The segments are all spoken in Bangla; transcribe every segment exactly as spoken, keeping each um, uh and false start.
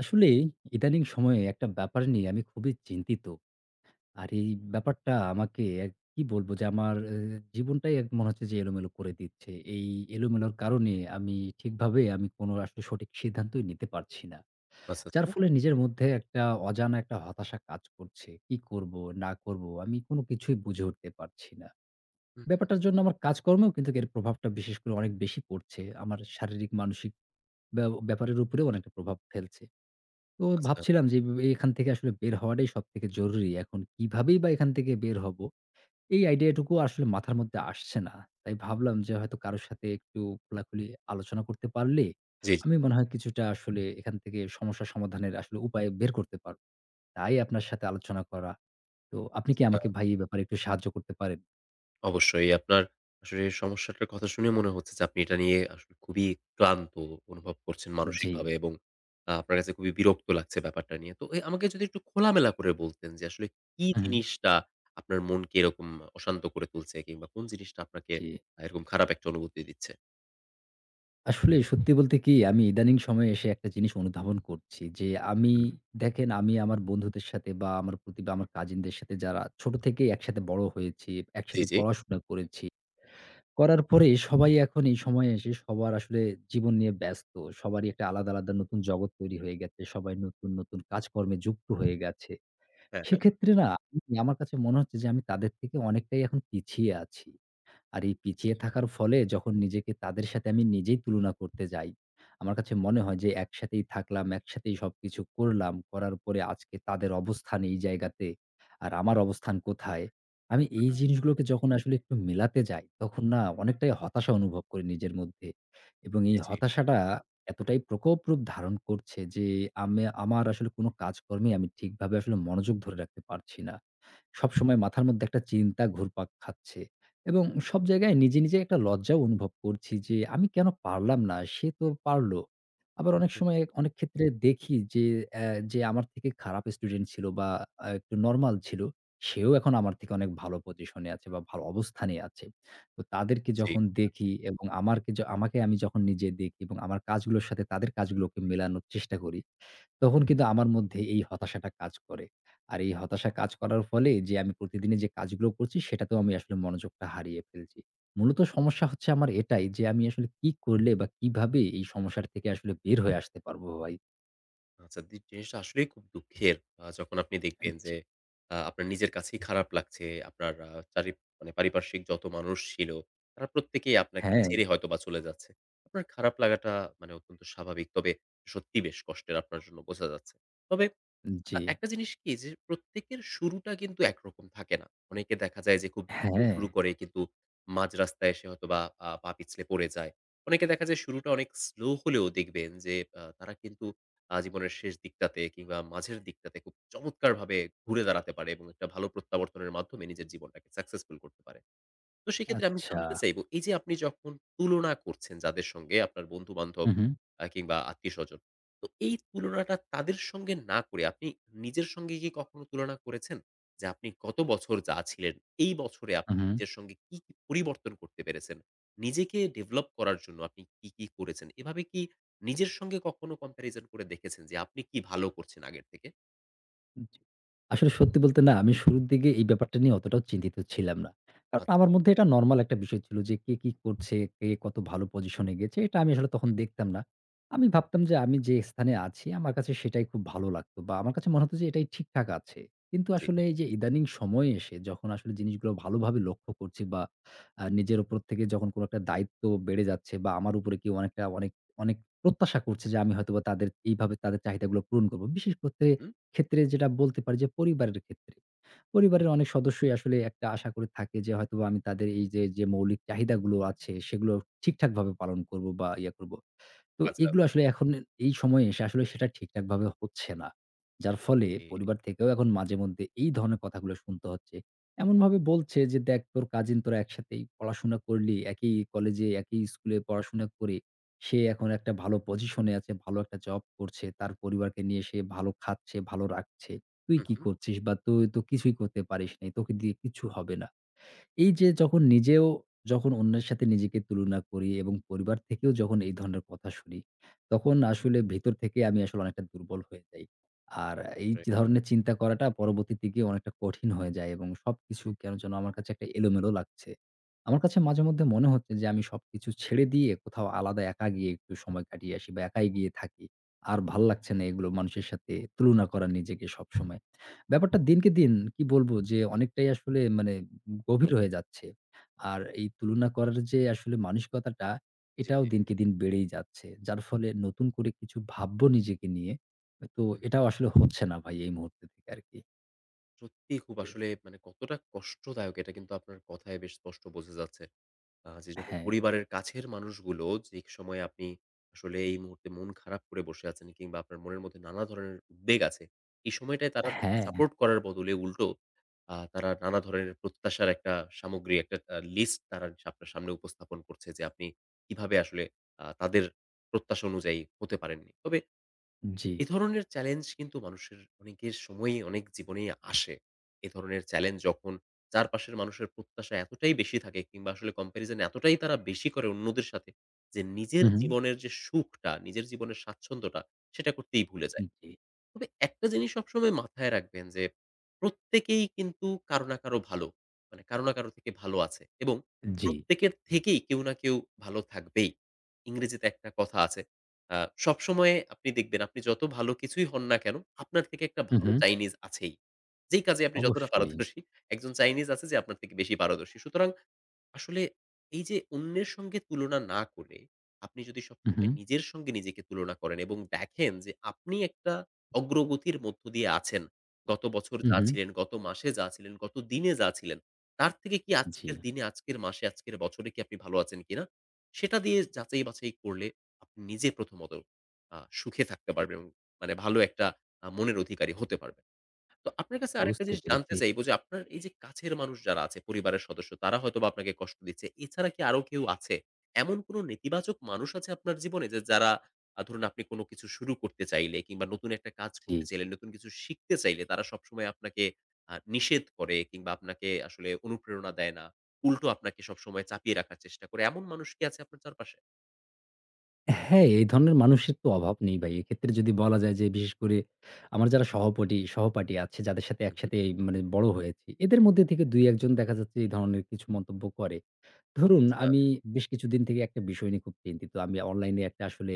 আসলে ইদানিং সময়ে একটা ব্যাপার নিয়ে আমি খুবই চিন্তিত। আর এই ব্যাপারটা আমাকে এক কি বলবো যে আমার এ জীবনটাই এক মনে হচ্ছে যে এলোমেলো করে দিচ্ছে। এই এলোমেলোর কারণে আমি ঠিকভাবে আমি কোনো আসলে সঠিক সিদ্ধান্তই নিতে পারছি না। আচ্ছা, যার আচ্ছা। ফলে নিজের মধ্যে একটা অজানা একটা হতাশা কাজ করছে। কি করব না করব আমি কোনো কিছুই বুঝে উঠতে পারছি না। হুম, ব্যাপারটার জন্য আমার কাজকর্মেও কিন্তু এর প্রভাবটা বিশেষ করে অনেক বেশি পড়ছে। আমার শারীরিক মানসিক ব্যা ব্যাপারের উপরেও অনেকটা প্রভাব ফেলছে। তো আচ্ছা। ভাবছিলাম যে এ এখান থেকে আসলে বের হওয়াটাই সবথেকে জরুরি। এখন কিভাবেই বা এখান থেকে বের হব? এই আইডিয়াটুকু আসলে মাথার মধ্যে আসছে না। তাই ভাবলাম যে হয়তো কারো সাথে একটু খোলাখুলি আলোচনা করতে পারলে জি, জি। আমি মনে হয় কিছুটা আসলে এখান থেকে সমস্যা সমাধানের আসলে উপায় বের করতে পারব। তাই আপনার সাথে আলোচনা করা। তো আপনি কি আ আমাকে ভাই এই ব্যাপারে একটু সাহায্য করতে পারেন? অবশ্যই আপনার আসলে সমস্যাটার কথা শুনে মনে হচ্ছে যে আপনি এটা নিয়ে আসলে খুবই ক্লান্ত অনুভব করছেন জি। মানসিকভাবে এবং আ আপনার কাছে খুবই বিরক্ত লাগছে ব্যাপারটা নিয়ে। তো এ আমাকে যদি একটু খোলামেলা করে বলতেন যে আসলে কি হুম, জিনিসটা আপনার মনকে এরকম অশান্ত করে তুলছে কিংবা কোন জিনিসটা আপনাকে জি। আ এরকম খারাপ একটা অনুভূতি দিচ্ছে? আসলে সত্যি বলতে কি আমি ইদানিং সময়ে এসে একটা জিনিস অনুধাবন করছি যে আমি হুম। দেখেন আমি আমার বন্ধুদের সাথে বা আমার প্রতি বা আমার কাজিনদের সাথে যারা ছোট থেকেই একসাথে বড় হয়েছি, জি, একসাথে জি। পড়াশোনা করেছি। করার পরে সবাই এখন এই সময়ে এসে সবার আসলে জীবন নিয়ে ব্যস্ত। সবারই একটা আলাদা, আলাদা নতুন জগৎ তৈরি হয়ে গেছে। সবাই নতুন, নতুন কাজকর্মে যুক্ত হয়ে গেছে। হ্যাঁ, হ্যাঁ। সেক্ষেত্রে না আমি- আমার কাছে মনে হচ্ছে যে আমি তাদের থেকে অনেকটাই এখন পিছিয়ে আছি। আর এই পিছিয়ে থাকার ফলে যখন নিজেকে তাদের সাথে আমি নিজেই তুলনা করতে যাই, আমার কাছে মনে হয় যে একসাথেই থাকলাম, একসাথেই সবকিছু করলাম। করার পরে আজকে তাদের অবস্থান এই জায়গাতে, আর আমার অবস্থান কোথায়? আমি এই হুম, জিনিসগুলোকে যখন আসলে একটু মেলাতে যাই, তখন না অনেকটাই হতাশা অনুভব করি নিজের মধ্যে। এবং এই জি, জি। হতাশাটা এতটাই প্রকোপ রূপ ধারণ করছে যে আমি আমার আসলে কোনো কাজকর্মে আমি ঠিকভাবে আসলে মনোযোগ ধরে রাখতে পারছি না। সবসময় মাথার মধ্যে একটা চিন্তা ঘুরপাক খাচ্ছে। এবং সব জায়গায় নিজে, নিজে একটা লজ্জাও অনুভব করছি যে আমি কেন পারলাম না? সে তো পারল। আবার অনেক সময় অনেক ক্ষেত্রে দেখি যে অ্যা যে আমার থেকে খারাপ স্টুডেন্ট ছিল বা আ একটু নরমাল ছিল, সেও এখন আমার থেকে অনেক ভালো পজিশনে আছে বা ভালো অবস্থানে আছে। তো তাদেরকে জি। যখন দেখি এবং আমারকে য আমাকে আমি যখন নিজে দেখি এবং আমার কাজগুলোর সাথে তাদের কাজগুলোকে মেলানোর চেষ্টা করি, তখন কিন্তু আমার মধ্যে এই হতাশাটা কাজ করে। আর এই হতাশা কাজ করার ফলে যে আমি প্রতিদিনে যে কাজগুলো করছি সেটাতেও আমি আসলে মনোযোগটা হারিয়ে ফেলছি। মূলত সমস্যা হচ্ছে আমার এটাই যে আমি আসলে কি করলে বা কিভাবে এই সমস্যার থেকে আসলে বের হয়ে আসতে পারবো ভাই? আচ্ছা, দি জিনিসটা আসলেই খুব দুঃখের। আ যখন আপনি দেখবেন জি। যে আ আপনার নিজের কাছেই খারাপ লাগছে। আপনার আ চারি মানে পারিপার্শ্বিক যত মানুষ ছিল, তারা প্রত্যেকেই আপনাকে হ্যাঁ, ছেড়ে হয়তোবা চলে যাচ্ছে। আপনার খারাপ লাগাটা মানে অত্যন্ত স্বাভাবিক। তবে সত্যিই বেশ কষ্টের আপনার জন্য বোঝা যাচ্ছে। তবে আ জি। একটা জিনিস কি যে প্রত্যেকের শুরুটা কিন্তু একরকম থাকে না। অনেকে দেখা যায় যে খুব দ্রুত হ্যাঁ, শুরু করে কিন্তু মাঝ রাস্তায় এসে হয়তোবা আ পা পিছলে পড়ে যায়। অনেকে দেখা যায় শুরুটা অনেক স্লো হলেও দেখবেন যে আ তারা কিন্তু আ জীবনের শেষ দিকটাতে কিংবা মাঝের দিকটাতে খুব চমৎকারভাবে ঘুরে দাঁড়াতে পারে এবং একটা ভালো প্রত্যাবর্তনের মাধ্যমে নিজের জীবনটাকে সাকসেসফুল করতে পারে। তো সেক্ষেত্রে আমি আচ্ছা। জানতে চাইবো, এই যে আপনি যখন তুলনা করছেন যাদের সঙ্গে আপনার বন্ধু-বান্ধব হু, হু, আ কিংবা আত্মীয়স্বজন। তো এই তুলনাটা তাদের সঙ্গে না করে আপনি নিজের সঙ্গে কি কখনো তুলনা করেছেন? যে আপনি গত বছর যা ছিলেন, এই বছরে হু, আপনি হু। নিজের সঙ্গে কি, কি পরিবর্তন করতে পেরেছেন? নিজেকে ডেভেলপ করার জন্য আপনি কি, কি করেছেন? এভাবে কি নিজের সঙ্গে কখনো কম্প্যারিজন করে দেখেছেন যে আপনি কি ভালো করছেন আগের থেকে? জি। আসলে সত্যি বলতে না, আমি শুরুর দিকে এই ব্যাপারটা নিয়ে অতটাও চিন্তিত ছিলাম না। কারণ আচ্ছা, আমার মধ্যে এটা নরমাল একটা বিষয় ছিল যে কে কি করছে, কে কত ভালো পজিশনে গেছে এটা আমি আসলে তখন দেখতাম না। আমি ভাবতাম যে আমি যে স্থানে আছি আমার কাছে সেটাই খুব ভালো লাগতো বা আমার কাছে মনে হতো যে এটাই ঠিকঠাক আছে। কিন্তু জি, আসলে জি। এই যে ইদানিং সময়ে এসে যখন আসলে জিনিসগুলো ভালোভাবে লক্ষ্য করছি বা আ নিজের উপর থেকে যখন কোনো একটা দায়িত্ব বেড়ে যাচ্ছে বা আমার উপরে কেউ অনেকটা অনেক, অনেক প্রত্যাশা করছে যে আমি হয়তোবা তাদের এইভাবে তাদের চাহিদাগুলো পূরণ করব। বিশেষ করতে হুম, ক্ষেত্রে যেটা বলতে পারি যে পরিবারের ক্ষেত্রে। পরিবারের অনেক সদস্যই আসলে একটা আশা করে থাকে যে হয়তোবা আমি তাদের এই যে, যে মৌলিক চাহিদাগুলো আছে সেগুলো ঠিকঠাকভাবে পালন করব বা ইয়া করব। তো আচ্ছা, এগুলো আসলে এখন এই সময়ে এসে আসলে সেটা ঠিকঠাকভাবে হচ্ছে না। যার ফলে জি। পরিবার থেকেও এখন মাঝেমধ্যে এই ধরনের কথাগুলো শুনতে হচ্ছে। এমনভাবে বলছে যে, "দেখ তোর কাজিন তোরা একসাথেই পড়াশোনা করলি, একই কলেজে, একই স্কুলে পড়াশোনা করে সে এখন একটা ভালো পজিশনে আছে, ভালো একটা জব করছে। তার পরিবারকে নিয়ে সে ভালো খাচ্ছে, ভালো রাখছে। তুই হুম, কি হুম। করছিস বা তুই তো কিছুই করতে পারিস নাই। তোকে দিয়ে কিচ্ছু হবে না।" এই যে যখন নিজেও যখন অন্যের সাথে নিজেকে তুলনা করি এবং পরিবার থেকেও যখন এই ধরনের কথা শুনি, তখন আসলে ভেতর থেকে আমি আসলে অনেকটা দুর্বল হয়ে যাই। আর এই অবশ্যই। যে ধরনের চিন্তা করাটা পরবর্তীতে গিয়ে অনেকটা কঠিন হয়ে যায় এবং সবকিছু কেন যেন আমার কাছে একটা এলোমেলো লাগছে। আমার কাছে মাঝে মধ্যে মনে হচ্ছে যে আমি সবকিছু ছেড়ে দিয়ে কোথাও আলাদা একা গিয়ে একটু সময় কাটিয়ে আসি বা একাই গিয়ে থাকি। আর ভাল লাগছে না এগুলো মানুষের সাথে তুলনা করা নিজেকে সবসময়। ব্যাপারটা দিনকে দিন কি বলবো যে অনেকটাই আসলে মানে গভীর হয়ে যাচ্ছে। আর এই তুলনা করার যে আসলে মানসিকতাটা, জি, এটাও জি। দিনকে হুম। দিন বেড়েই যাচ্ছে। যার ফলে নতুন করে কিছু ভাববো নিজেকে নিয়ে। তো এটাও আসলে হচ্ছে না ভাই এই মুহূর্তে থেকে আরকি। সত্যিই খুব জি। আসলে মানে কতটা কষ্টদায়ক এটা কিন্তু আপনার কথায় বেশ স্পষ্ট বোঝা যাচ্ছে। আ যে যখন হ্যাঁ, পরিবারের কাছের মানুষগুলো যে সময়ে আপনি আসলে এই মুহূর্তে মন খারাপ করে বসে আছেন কিংবা আপনার মনের মধ্যে নানা ধরনের উদ্বেগ আছে। এই সময়টায় তারা তাকে হ্যাঁ, সাপোর্ট করার বদলে উল্টো আ তারা নানা ধরনের প্রত্যাশার একটা সামগ্রী একটা আ লিস্ট তারা আপনার সামনে উপস্থাপন করছে যে আপনি কিভাবে আসলে আ তাদের প্রত্যাশা অনুযায়ী হতে পারেননি। তবে জি। এ ধরনের চ্যালেঞ্জ কিন্তু মানুষের অনেকের সময়ই অনেক জীবনেই আসে। এ ধরনের চ্যালেঞ্জ যখন চারপাশের মানুষের প্রত্যাশা এতটাই বেশি থাকে কিংবা আসলে কম্প্যারিজন এতটাই তারা বেশি করে অন্যদের সাথে যে হু, নিজের হু। জীবনের যে সুখটা, নিজের জীবনের স্বাচ্ছন্দ্যটা সেটা করতেই ভুলে যায়। জি, তবে একটা জিনিস সবসময় মাথায় রাখবেন যে প্রত্যেকেই কিন্তু কারো না কারো ভালো। মানে কারো না কারো থেকে ভালো আছে এবং জি। প্রত্যেকের থেকেই কেউ না কেউ ভালো থাকবেই। ইংরেজিতে একটা কথা আছে। আ সবসময় আপনি দেখবেন আপনি যত ভালো কিছুই হন না কেন, আপনার থেকে একটা হু, ভালো হু। চাইনিজ আছেই। যেই কাজে আপনি যতটা অবশ্যই। পারদর্শী, একজন চাইনিজ আছে যে আপনার থেকে বেশি পারদর্শী। সুতরাং আসলে এই যে অন্যের সঙ্গে তুলনা না করে, আপনি যদি হু, হু। সবসময় নিজের সঙ্গে নিজেকে তুলনা করেন এবং দেখেন যে আপনি একটা অগ্রগতির মধ্য দিয়ে আছেন। গত বছর হু, যা হু। ছিলেন, গত মাসে যা ছিলেন, গত দিনে যা ছিলেন, তার থেকে কি জি। আজকের দিনে, আজকের মাসে, আজকের বছরে কি আপনি ভালো আছেন কিনা? সেটা দিয়ে যাচাই-বাছাই করলে আপনি নিজে প্রথমত আ সুখে থাকতে পারবেন এবং মানে ভালো একটা আ মনের অধিকারী হতে পারবেন। তো আপনার কাছে আরেকটা বুঝতে জিনিস জানতে পেরেছি। চাইবো যে, আপনার এই যে কাছের মানুষ যারা আছে, পরিবারের সদস্য তারা হয়তোবা আপনাকে কষ্ট দিচ্ছে। এছাড়া কি আরো কেউ আছে? এমন কোন নেতিবাচক মানুষ আছে আপনার জীবনে যে যারা আ ধরুন আপনি কোন কিছু শুরু করতে চাইলে কিংবা নতুন একটা কাজ জি। করতে চাইলে, নতুন কিছু শিখতে চাইলে তারা সবসময় আপনাকে আ নিষেধ করে কিংবা আপনাকে আসলে অনুপ্রেরণা দেয় না। উল্টো আপনাকে সবসময় চাপিয়ে রাখার চেষ্টা করে। এমন মানুষ কি আছে আপনার চারপাশে? হ্যাঁ, এই ধরনের মানুষের তো অভাব নেই ভাই। এক্ষেত্রে যদি বলা যায় যে বিশেষ করে আমার যারা সহপটি সহপাঠী আছে যাদের সাথে হু, হু। একসাথে এই মানে বড় হয়েছি। এদের মধ্যে থেকে দুই এক জন দেখা যাচ্ছে এই ধরনের কিছু মন্তব্য করে। ধরুন আচ্ছা। আমি বেশ কিছুদিন থেকে একটা বিষয় নিয়ে খুব চিন্তিত। আমি অনলাইনে একটা আসলে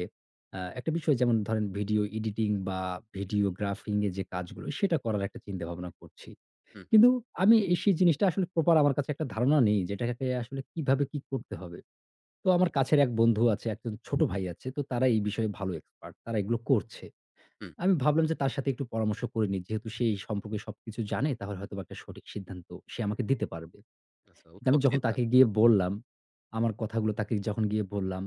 আ একটা বিষয় যেমন ধরেন ভিডিও এডিটিং বা ভিডিওগ্রাফিং এর যে কাজগুলো সেটা করার একটা চিন্তাভাবনা করছি। হুম, কিন্তু আমি এ সেই জিনিসটা আসলে প্রপার আমার কাছে একটা ধারণা নেই যে এটাকে আসলে কিভাবে কি করতে হবে? তো আমার কাছের এক বন্ধু আছে, একজন ছোট ভাই আছে। তো তারা এই বিষয়ে ভালো এক্সপার্ট। তারা এগুলো করছে। হুম। আমি ভাবলাম যে তার সাথে একটু পরামর্শ করে নিই। যেহেতু সে এই সম্পর্কে সবকিছু জানে, তাহলে হয়তোবা একটা সঠিক সিদ্ধান্ত সে আমাকে দিতে পারবে। আচ্ছা, তো আমি উত্তম যখন চিন্তা। তাকে গিয়ে বললাম, আমার কথাগুলো তাকে যখন গিয়ে বললাম,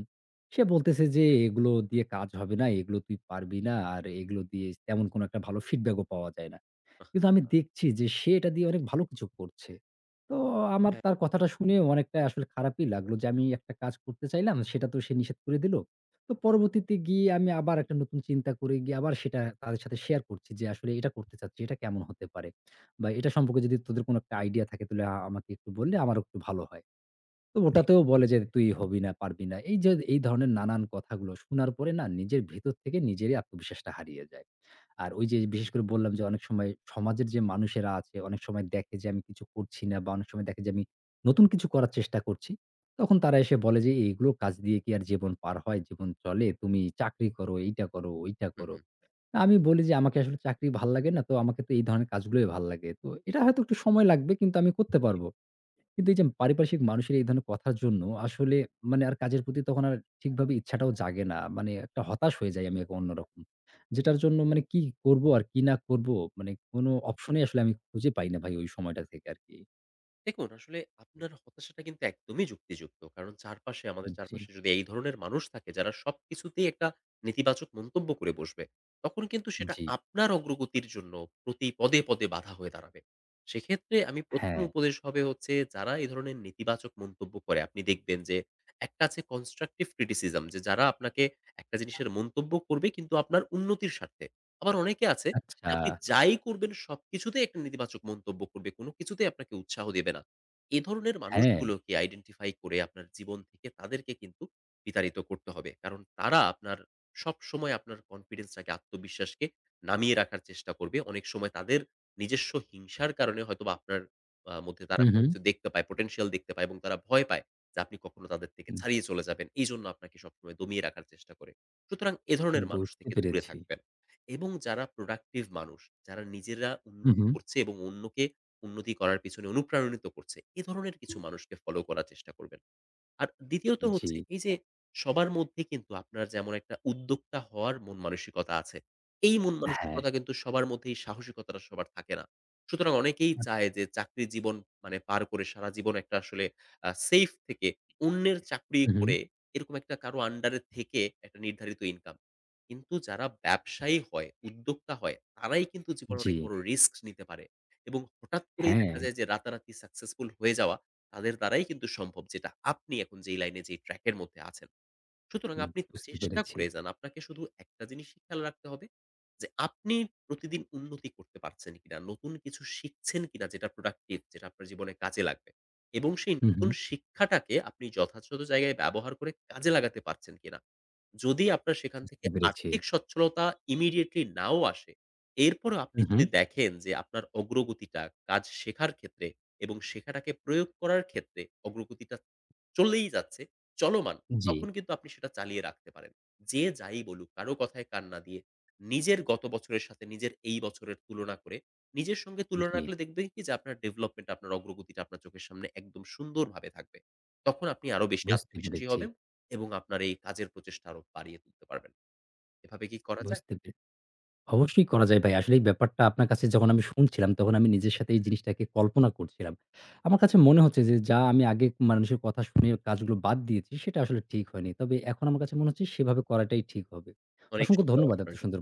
সে বলতেছে যে, "এগুলো দিয়ে কাজ হবে না, এগুলো তুই পারবি না। আর এগুলো দিয়ে তেমন কোনো একটা ভালো ফিডব্যাক ও পাওয়া যায় না।" কিন্তু আমি আ দেখছি যে সে এটা দিয়ে অনেক ভালো কিছু করছে। তো আমার হ্যাঁ। তার কথাটা শুনে অনেকটা আসলে খারাপই লাগলো যে আমি একটা কাজ করতে চাইলাম সেটা তো সে নিষেধ করে দিল। তো পরবর্তীতে গিয়ে আমি আবার একটা নতুন চিন্তা করে গিয়ে আবার সেটা তাদের সাথে শেয়ার করছি যে আসলে এটা করতে চাচ্ছি। এটা কেমন হতে পারে? বা এটা সম্পর্কে যদি তোদের কোনো একটা আইডিয়া থাকে তাহলে আ আমাকে একটু বললে আমারও একটু ভালো হয়। তো জি। ওটাতেও বলে যে তুই হবি না, পারবি না। এই যে এই ধরনের নানান কথাগুলো শোনার পরে না নিজের ভেতর থেকে নিজেরই আত্মবিশ্বাসটা হারিয়ে যায়। আর ওই যে হুম, হুম, বিশেষ করে বললাম যে অনেক সময় সমাজের যে মানুষেরা আছে অনেক সময় দেখে যে আমি কিছু করছি না বা অনেক সময় দেখে যে আমি নতুন কিছু করার চেষ্টা করছি। তখন তারা এসে বলে যে, "এগুলো কাজ দিয়ে কি আর জীবন পার হয়? জীবন চলে? তুমি চাকরি করো, এইটা করো, ওইটা হুম, করো।" আমি বলি যে, "আমাকে আসলে চাকরি ভাল লাগে না। তো আমাকে তো এই ধরনের কাজগুলোই ভাল লাগে। তো এটা হয়তো একটু সময় লাগবে কিন্তু আমি করতে পারবো।" কিন্তু এই যে পারিপার্শ্বিক মানুষের এই ধরনের কথার জন্য আসলে মানে আর কাজের প্রতি তখন আর ঠিকভাবে ইচ্ছাটাও জাগে না। মানে একটা হতাশ হয়ে যাই আমি এক অন্যরকম। যেটার জন্য হুম। মানে কি করব আর কি না করব মানে কোন অপশনই আসলে আমি খুঁজে পাই না ভাই ওই সময়টা থেকে আরকি। দেখুন, আসলে আপনার হতাশাটা কিন্তু একদমই যুক্তিযুক্ত। কারণ চারপাশে আমাদের জি, চারপাশে যদি এই ধরনের মানুষ থাকে যারা সবকিছুতেই একটা নেতিবাচক মন্তব্য করে বসবে, তখন কিন্তু সেটা জি। আপনার অগ্রগতির জন্য প্রতি পদে, পদে বাধা হয়ে দাঁড়াবে। সেক্ষেত্রে আমি প্রথম হ্যাঁ, উপদেশ হবে হচ্ছে যারা এই ধরনের নেতিবাচক মন্তব্য করে আপনি দেখবেন যে একটা আছে constructive criticism যে যারা আপনাকে একটা জিনিসের মন্তব্য করবে কিন্তু আপনার উন্নতির স্বার্থে। আবার অনেকে আছে আচ্ছা। আপনি যাই করবেন সবকিছুতেই একটা নেতিবাচক মন্তব্য করবে। কোনো কিছুতেই আপনাকে উৎসাহ দেবে না। এ ধরনের হ্যাঁ। মানুষগুলোকে আইডেন্টিফাই করে আপনার জীবন থেকে তাদেরকে কিন্তু বিতাড়িত করতে হবে। কারণ তারা আপনার সবসময় আপনার কনফিডেন্সটাকে, আত্মবিশ্বাসকে নামিয়ে রাখার চেষ্টা করবে। অনেক সময় তাদের নিজস্ব হিংসার কারণে হয়তোবা আপনার আ মধ্যে হু, তারা হু। কোনো কিছু দেখতে পায়, পোটেনশিয়াল দেখতে পায় এবং তারা ভয় পায় যে আপনি কখনো তাদের থেকে ছাড়িয়ে চলে যাবেন। এইজন্য আপনাকে সবসময় দমিয়ে রাখার চেষ্টা করে। সুতরাং এ ধরনের মানুষ বুঝতে থেকে দূরে পেরেছি। থাকবেন। এবং যারা প্রোডাক্টিভ মানুষ, যারা নিজেরা হু, উন্নতি হু। করছে এবং অন্যকে উন্নতি করার পেছনে অনুপ্রাণিত করছে, এ ধরনের কিছু মানুষকে ফলো করার চেষ্টা করবেন। আর দ্বিতীয়ত জি। হচ্ছে এই যে সবার মধ্যে কিন্তু আপনার যেমন একটা উদ্যোক্তা হওয়ার মন মানসিকতা আছে। এই মন হ্যাঁ। মানসিকতা কিন্তু সবার মধ্যে এই সাহসিকতাটা সবার থাকে না। সুতরাং অনেকেই চায় যে চাকরি জীবন মানে পার করে সারা জীবন একটা আসলে আ সেফ থেকে অন্যের চাকরি হু, হু। করে এরকম একটা কারো আন্ডারে থেকে একটা নির্ধারিত ইনকাম। কিন্তু যারা ব্যবসায়ী হয়, উদ্যোক্তা হয় তারাই কিন্তু জীবনে জি, অনেক বড় রিস্ক নিতে পারে এবং হঠাৎ করেই হ্যাঁ, দেখা যায় যে রাতারাতি সাকসেসফুল হয়ে যাওয়া তাদের দ্বারাই কিন্তু সম্ভব যেটা আপনি এখন যেই লাইনে যেই ট্র্যাক এর মধ্যে আছেন। সুতরাং উম আপনি বুঝতে চেষ্টা পেরেছি। করে যান। আপনাকে শুধু একটা জিনিসই খেয়াল রাখতে হবে যে আপনি প্রতিদিন উন্নতি করতে পারছেন কিনা, নতুন কিছু শিখছেন কিনা যেটা প্রোডাক্টিভ যেটা আপনার জীবনে কাজে লাগবে। এবং সেই হুম, নতুন হুম, শিক্ষাটাকে আপনি যথাযথ জায়গায় ব্যবহার করে কাজে লাগাতে পারছেন কিনা। যদি আপনার সেখান বুঝতে থেকে পেরেছি। আর্থিক সচ্ছলতা ইমিডিয়েটলি নাও আসে, এরপরেও আপনি হুম, হুম, যদি দেখেন যে আপনার অগ্রগতিটা কাজ শেখার ক্ষেত্রে এবং শেখাটাকে প্রয়োগ করার ক্ষেত্রে অগ্রগতিটা চলেই যাচ্ছে, চলমান, জি, তখন কিন্তু আপনি সেটা চালিয়ে রাখতে পারেন। যে যাই বলুক, কারো কথায় কান না দিয়ে, নিজের গত বছরের সাথে নিজের এই বছরের তুলনা করে, নিজের সঙ্গে তুলনা জি, রাখলে দেখবেন কি যে আপনার ডেভেলপমেন্ট, আপনার অগ্রগতিটা আপনার চোখের সামনে একদম সুন্দরভাবে থাকবে। তখন আপনি আরো বেশি বুঝতে আত্মবিশ্বাসী পেরেছি, হবেন এবং আপনার এই কাজের প্রচেষ্টা আরো বাড়িয়ে তুলতে পারবেন। এভাবে কি করা যায়? বুঝতে পে অবশ্যই করা যায় ভাই। আসলে এই ব্যাপারটা আপনার কাছে যখন আমি শুনছিলাম, তখন আমি নিজের সাথে এই জিনিসটাকে কল্পনা করছিলাম। আমার কাছে মনে হচ্ছে যে, যা আমি আগে মানুষের কথা শুনে কাজগুলো বাদ দিয়েছি, সেটা আসলে ঠিক হয়নি। তবে এখন আমার কাছে মনে হচ্ছে সেভাবে করাটাই ঠিক হবে। অনেক অসংখ্য শুভকামনা ধন্যবাদ এত আপনার জন্য। সুন্দর